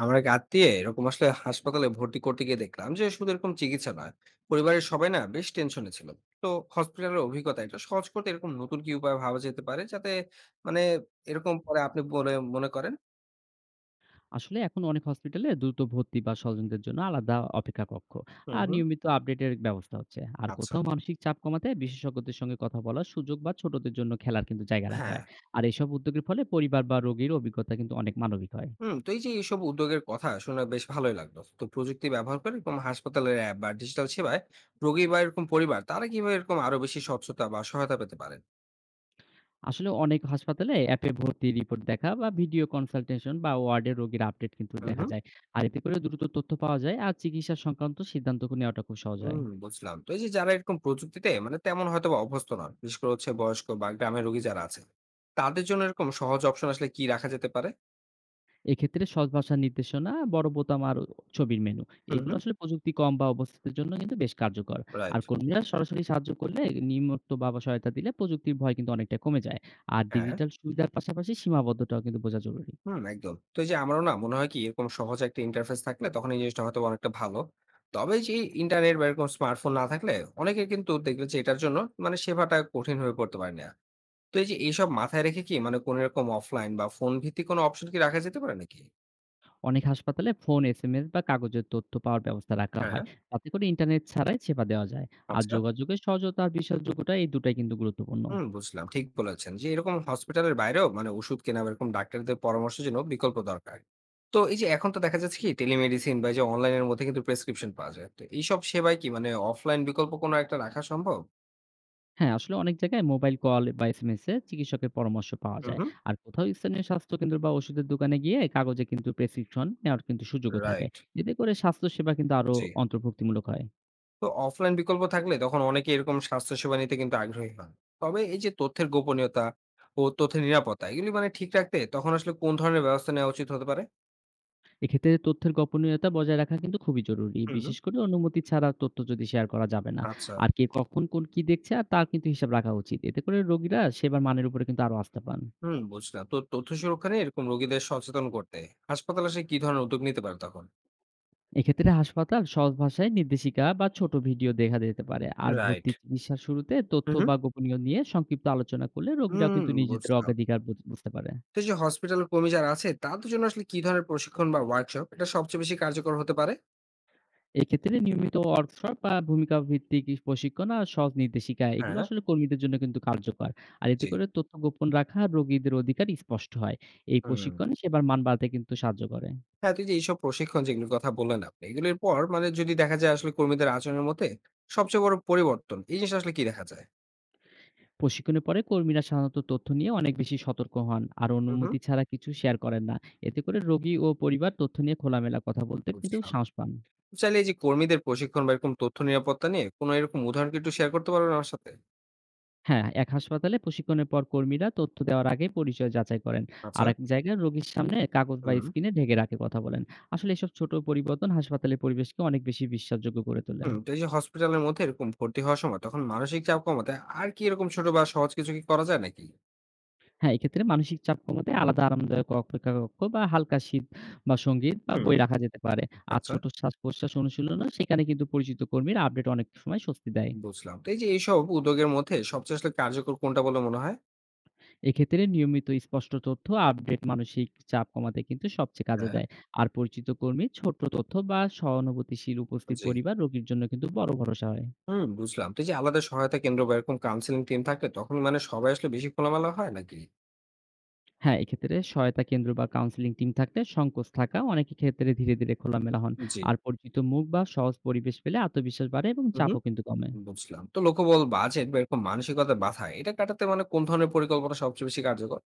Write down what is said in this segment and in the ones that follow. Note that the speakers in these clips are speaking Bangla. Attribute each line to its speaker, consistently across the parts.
Speaker 1: আমার এক আত্মীয় এরকম আসলে হাসপাতালে ভর্তি করতে গিয়ে দেখলাম যে শুধু এরকম চিকিৎসা নয়, পরিবারের সবাই না বেশ টেনশনে ছিল। তো হসপিটালের অভিজ্ঞতা এটা সহজ করতে এরকম নতুন কি উপায় ভাবা যেতে পারে যাতে মানে এরকম পরে আপনি বলে মনে করেন?
Speaker 2: আসলে এখন অনেক হসপিটালে দ্রুত ভর্তি বা স্বজনদের জন্য আলাদা অপেক্ষা কক্ষ
Speaker 1: হুম,
Speaker 2: আর
Speaker 1: হুম।
Speaker 2: নিয়মিত আপডেটের ব্যবস্থা হচ্ছে। আর
Speaker 1: আচ্ছা।
Speaker 2: কোথাও মানসিক চাপ কমাতে বিশেষজ্ঞদের সঙ্গে কথা বলার সুযোগ বা ছোটদের জন্য খেলার কিন্তু জায়গা রাখা
Speaker 1: হ্যাঁ।
Speaker 2: হয়। আর এসব উদ্যোগের ফলে পরিবার বা রোগীর অভিজ্ঞতা কিন্তু অনেক মানবিক হয়।
Speaker 1: হুম, তো এই যে এইসব উদ্যোগের কথা শুনে বেশ ভালোই লাগলো। তো প্রযুক্তি ব্যবহার করে এরকম হাসপাতালের অ্যাপ বা ডিজিটাল সেবায় রোগী বা এরকম পরিবার তারা কিভাবে এরকম আরো বেশি স্বচ্ছতা বা সহায়তা পেতে পারেন?
Speaker 2: আসলে অনেক হাসপাতালে অ্যাপে ভর্তি রিপোর্ট দেখা বা ভিডিও কনসালটেশন বা ওয়ার্ডের রোগীর আপডেট কিন্তু
Speaker 1: হুম,
Speaker 2: দেখা
Speaker 1: হুম।
Speaker 2: যায়। আর এতে করে দ্রুত তথ্য পাওয়া যায় আর চিকিৎসা সংক্রান্ত সিদ্ধান্ত নেওয়াটা খুব সহজ হয়।
Speaker 1: হুম, বুঝলাম। তো এই যে যারা এরকম প্রযুক্তিতে মানে তেমন হয়তোবা অভ্যস্ত নন, বিশেষ করে হচ্ছে বয়স্ক বা গ্রামের রোগী যারা আছে, তাদের জন্য এরকম সহজ অপশন আসলে কি রাখা যেতে পারে?
Speaker 2: এক্ষেত্রে সহজ ভাষার নির্দেশনা, বড় বোতাম আর ছবির মেনু।
Speaker 1: হুম,
Speaker 2: এগুলো
Speaker 1: হুম।
Speaker 2: আসলে প্রযুক্তি কম বা অবস্থিতের জন্য কিন্তু বেশ কার্যকর। আর
Speaker 1: রাইট।
Speaker 2: কর্মীরা সরাসরি সাহায্য করলে নিম্নোক্ত বা বা সহায়তা দিলে প্রযুক্তির ভয় কিন্তু অনেকটা কমে যায়। আর
Speaker 1: হ্যাঁ,
Speaker 2: ডিজিটাল সুবিধার পাশাপাশি সীমাবদ্ধতাও কিন্তু বোঝা জরুরি।
Speaker 1: হুম, একদম। তো এই যে আমারও না মনে হয় কি এরকম সহজ একটা ইন্টারফেস থাকলে তখন এই জিনিসটা হয়তো অনেকটা ভালো। তবে যে ইন্টারনেট বা এরকম স্মার্টফোন না থাকলে অনেকে কিন্তু দেখবে যে এটার জন্য মানে সেবাটা কঠিন হয়ে পড়তে পারে না। তো এই যে এইসব মাথায় রেখে কি মানে কোন এরকম অফলাইন বা ফোন ভিত্তিক কোন অপশন কি রাখা যেতে পারে নাকি?
Speaker 2: অনেক হাসপাতালে ফোন, এসএমএস বা কাগজের তথ্য পাওয়ার ব্যবস্থা রাখা
Speaker 1: হ্যাঁ,
Speaker 2: হয়। তাতে করে ইন্টারনেট ছাড়াই সেবা দেওয়া যায়। আর
Speaker 1: আচ্ছা।
Speaker 2: যোগাযোগের সহজতা আর বিশ্বাসযোগ্যতা এই দুটাই কিন্তু গুরুত্বপূর্ণ।
Speaker 1: হুম, বুঝলাম। ঠিক বলেছেন যে এরকম হসপিটালের বাইরেও মানে ওষুধ কেনা বা এরকম ডাক্তারদের পরামর্শের জন্য বিকল্প দরকার। তো এই যে এখন তো দেখা যাচ্ছে কি টেলিমেডিসিন বা এই যে অনলাইনের মধ্যে কিন্তু প্রেসক্রিপশন পাওয়া যায়। তো এইসব সেবায় কি মানে অফলাইন বিকল্প কোনো একটা রাখা সম্ভব?
Speaker 2: হ্যাঁ, আসলে অনেক জায়গায় মোবাইল কল বা এসএমএস এ চিকিৎসকের পরামর্শ পাওয়া
Speaker 1: হুম,
Speaker 2: যায়।
Speaker 1: হুম।
Speaker 2: আর কোথাও স্থানীয় স্বাস্থ্যকেন্দ্র বা ওষুধের দোকানে গিয়ে কাগজে কিন্তু প্রেসক্রিপশন নেওয়ার কিন্তু সুযোগও থাকে।
Speaker 1: রাইট,
Speaker 2: এতে করে স্বাস্থ্যসেবা কিন্তু আরো
Speaker 1: জি।
Speaker 2: অন্তর্ভুক্তিমূলক হয়।
Speaker 1: তো অফলাইন বিকল্প থাকলে তখন অনেকে এরকম স্বাস্থ্যসেবা নিতে কিন্তু আগ্রহী হন। তবে এই যে তথ্যের গোপনীয়তা ও তথ্যের নিরাপত্তা এগুলি মানে ঠিক রাখতে তখন আসলে কোন ধরনের ব্যবস্থা নেওয়া উচিত হতে পারে?
Speaker 2: এক্ষেত্রে তথ্যের গোপনীয়তা বজায় রাখা কিন্তু খুবই জরুরি।
Speaker 1: হুম।
Speaker 2: বিশেষ করে অনুমতি ছাড়া তথ্য যদি শেয়ার করা যাবে না।
Speaker 1: আচ্ছা।
Speaker 2: আর কে কখন কোন কি দেখছে আর তার কিন্তু হিসাব রাখা উচিত। এতে করে রোগীরা সেবার মানের উপরে কিন্তু আরো আস্থা পান।
Speaker 1: হুম, বুঝলাম। তো তথ্য সুরক্ষা নিয়ে এরকম রোগীদের সচেতন করতে হাসপাতাল আসলে কি ধরনের উদ্যোগ নিতে পারে তখন?
Speaker 2: এক্ষেত্রে হাসপাতাল সহজ ভাষায় নির্দেশিকা বা ছোট ভিডিও দেখা যেতে পারে, আর
Speaker 1: রাইট।
Speaker 2: ভর্তি চিকিৎসার শুরুতে
Speaker 1: হুম,
Speaker 2: তথ্য
Speaker 1: হুম।
Speaker 2: বা গোপনীয় নিয়ে সংক্ষিপ্ত আলোচনা করলে রোগীরাও
Speaker 1: হুম,
Speaker 2: কিন্তু নিজেদের
Speaker 1: বুঝলাম।
Speaker 2: অগ্রাধিকার বুঝতে পারে।
Speaker 1: তো এই যে হসপিটাল কর্মী যারা আছে তাদের জন্য আসলে কি ধরনের প্রশিক্ষণ বা ওয়ার্কশপ এটা সবচেয়ে বেশি কার্যকর হতে পারে?
Speaker 2: এক্ষেত্রে নিয়মিত ওয়ার্কশপ বা ভূমিকা ভিত্তিক প্রশিক্ষণ আর সহজ নির্দেশিকা, এগুলো
Speaker 1: হ্যাঁ।
Speaker 2: আসলে কর্মীদের জন্য কিন্তু কার্যকর। আর এতে
Speaker 1: জি।
Speaker 2: করে তথ্য গোপন রাখা আর রোগীদের অধিকার স্পষ্ট হয়। এই
Speaker 1: হুম।
Speaker 2: প্রশিক্ষণ সেবার মান বাড়াতে কিন্তু সাহায্য করে।
Speaker 1: হ্যাঁ, তো এই যে এইসব প্রশিক্ষণ যেগুলোর কথা বললেন আপনি, এগুলোর পর মানে যদি দেখা যায় আসলে কর্মীদের আচরণের মধ্যে সবচেয়ে বড় পরিবর্তন, এই জিনিসটা আসলে কি দেখা যায়?
Speaker 2: প্রশিক্ষণের পরে কর্মীরা সাধারণত তথ্য নিয়ে অনেক বেশি সতর্ক হন আর
Speaker 1: হুম, হুম।
Speaker 2: অনুমতি ছাড়া কিছু শেয়ার করেন না। এতে করে রোগী ও পরিবার তথ্য নিয়ে খোলামেলা কথা বলতে কিন্তু
Speaker 1: বুঝলাম।
Speaker 2: সাহস পান।
Speaker 1: চাইলে এই যে কর্মীদের প্রশিক্ষণ বা এরকম তথ্য নিরাপত্তা নিয়ে কোনো এরকম উদাহরণ কি একটু শেয়ার করতে পারবেন আমার সাথে?
Speaker 2: হ্যাঁ, এক হাসপাতালে প্রশিক্ষণের পর কর্মীরা তথ্য দেওয়ার আগে পরিচয় যাচাই করেন।
Speaker 1: আচ্ছা।
Speaker 2: আরেক জায়গায় রোগীর সামনে কাগজ বা
Speaker 1: হুম।
Speaker 2: স্ক্রিনে ঢেকে রাখে কথা বলেন। আসলে এসব ছোট পরিবর্তন হাসপাতালের পরিবেশকে অনেক বেশি বিশ্বাসযোগ্য করে তোলে।
Speaker 1: হুম, তো এই যে হসপিটালের মধ্যে এরকম ভর্তি হওয়ার সময় তখন মানসিক চাপ কমাতে আর কি এরকম ছোট বা সহজ কিছু কি করা যায় নাকি?
Speaker 2: হ্যাঁ, এক্ষেত্রে মানসিক চাপ কমাতে আলাদা আরামদায়ক অপেক্ষা কক্ষ বা হালকা শীত বা সঙ্গীত বা
Speaker 1: হুম।
Speaker 2: বই রাখা যেতে পারে। আর
Speaker 1: আচ্ছা।
Speaker 2: ছোট শ্বাস-প্রশ্বাস অনুশীলনও সেখানে কিন্তু পরিচিত কর্মীর আপডেট অনেক সময় স্বস্তি দেয়।
Speaker 1: বুঝলাম, তো এই যে এইসব উদ্যোগের মধ্যে সবচেয়ে আসলে কার্যকর কোনটা বলে মনে হয়?
Speaker 2: এক্ষেত্রে নিয়মিত স্পষ্ট তথ্য আপডেট মানসিক চাপ কমাতে কিন্তু সবচেয়ে কাজে
Speaker 1: হ্যাঁ।
Speaker 2: দেয়। আর পরিচিত কর্মীর ছোট্ট তথ্য বা সহানুভূতিশীল উপস্থিত
Speaker 1: জি।
Speaker 2: পরিবার রোগীর জন্য কিন্তু বড় ভরসা হয়।
Speaker 1: হুম, বুঝলাম, তো এই যে আলাদা সহায়তা কেন্দ্র বা এরকম কাউন্সিলিং টিম থাকলে তখন মানে সবাই আসলে বেশি খোলামেলা হয় নাকি?
Speaker 2: হ্যাঁ, এক্ষেত্রে সহায়তা কেন্দ্র বা কাউন্সেলিং টিম থাকলে সংকোচ থাকা অনেক ক্ষেত্রে ধীরে, ধীরে খোলামেলা হন।
Speaker 1: জি।
Speaker 2: আর পরিচিত মুখ বা সহজ পরিবেশ পেলে আত্মবিশ্বাস বাড়ে এবং
Speaker 1: হুম,
Speaker 2: চাপও কিন্তু কমে।
Speaker 1: বুঝলাম। তো লোকবল বাজেট বা এরকম মানসিকতা বাধা এটা কাটাতে মানে কোন ধরনের পরিকল্পনা সবচেয়ে বেশি কার্যকর?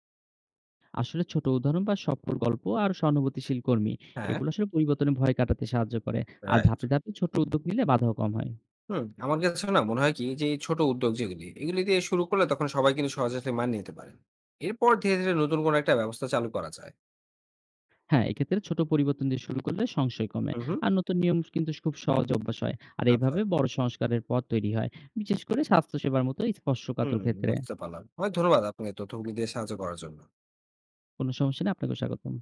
Speaker 2: আসলে ছোট উদাহরণ বা সফল গল্প আর সহানুভূতিশীল কর্মী,
Speaker 1: হ্যাঁ।
Speaker 2: এগুলো আসলে পরিবর্তনের ভয় কাটাতে সাহায্য করে। আর
Speaker 1: রাইট।
Speaker 2: ধাপে ধাপে ছোট উদ্যোগ নিলে বাধাও কম হয়।
Speaker 1: হুম, আমার কাছে না মনে হয় কি যে এই ছোট উদ্যোগ যেগুলি এগুলি দিয়ে শুরু করলে তখন সবাই কিন্তু সহজে আসলে মানিয়ে নিতে পারেন। এরপর ধীরে ধীরে নতুন কোনো একটা ব্যবস্থা চালু করা যায়।
Speaker 2: হ্যাঁ, এক্ষেত্রে ছোট পরিবর্তন দিয়ে শুরু করলে সংশয় কমে।
Speaker 1: হুম, হুম।
Speaker 2: আর নতুন নিয়ম কিন্তু খুব সহজ অভ্যাস হয় আর
Speaker 1: আচ্ছা।
Speaker 2: এইভাবে বড় সংস্কারের পথ তৈরি হয়, বিশেষ করে স্বাস্থ্যসেবার মতো স্পর্শকাতর
Speaker 1: হুম,
Speaker 2: ক্ষেত্রে।
Speaker 1: বুঝতে পারলাম, অনেক ধন্যবাদ আপনাকে তথ্যগুলি দিয়ে সাহায্য করার জন্য।
Speaker 2: কোনো সমস্যা নেই, আপনাকে স্বাগতম।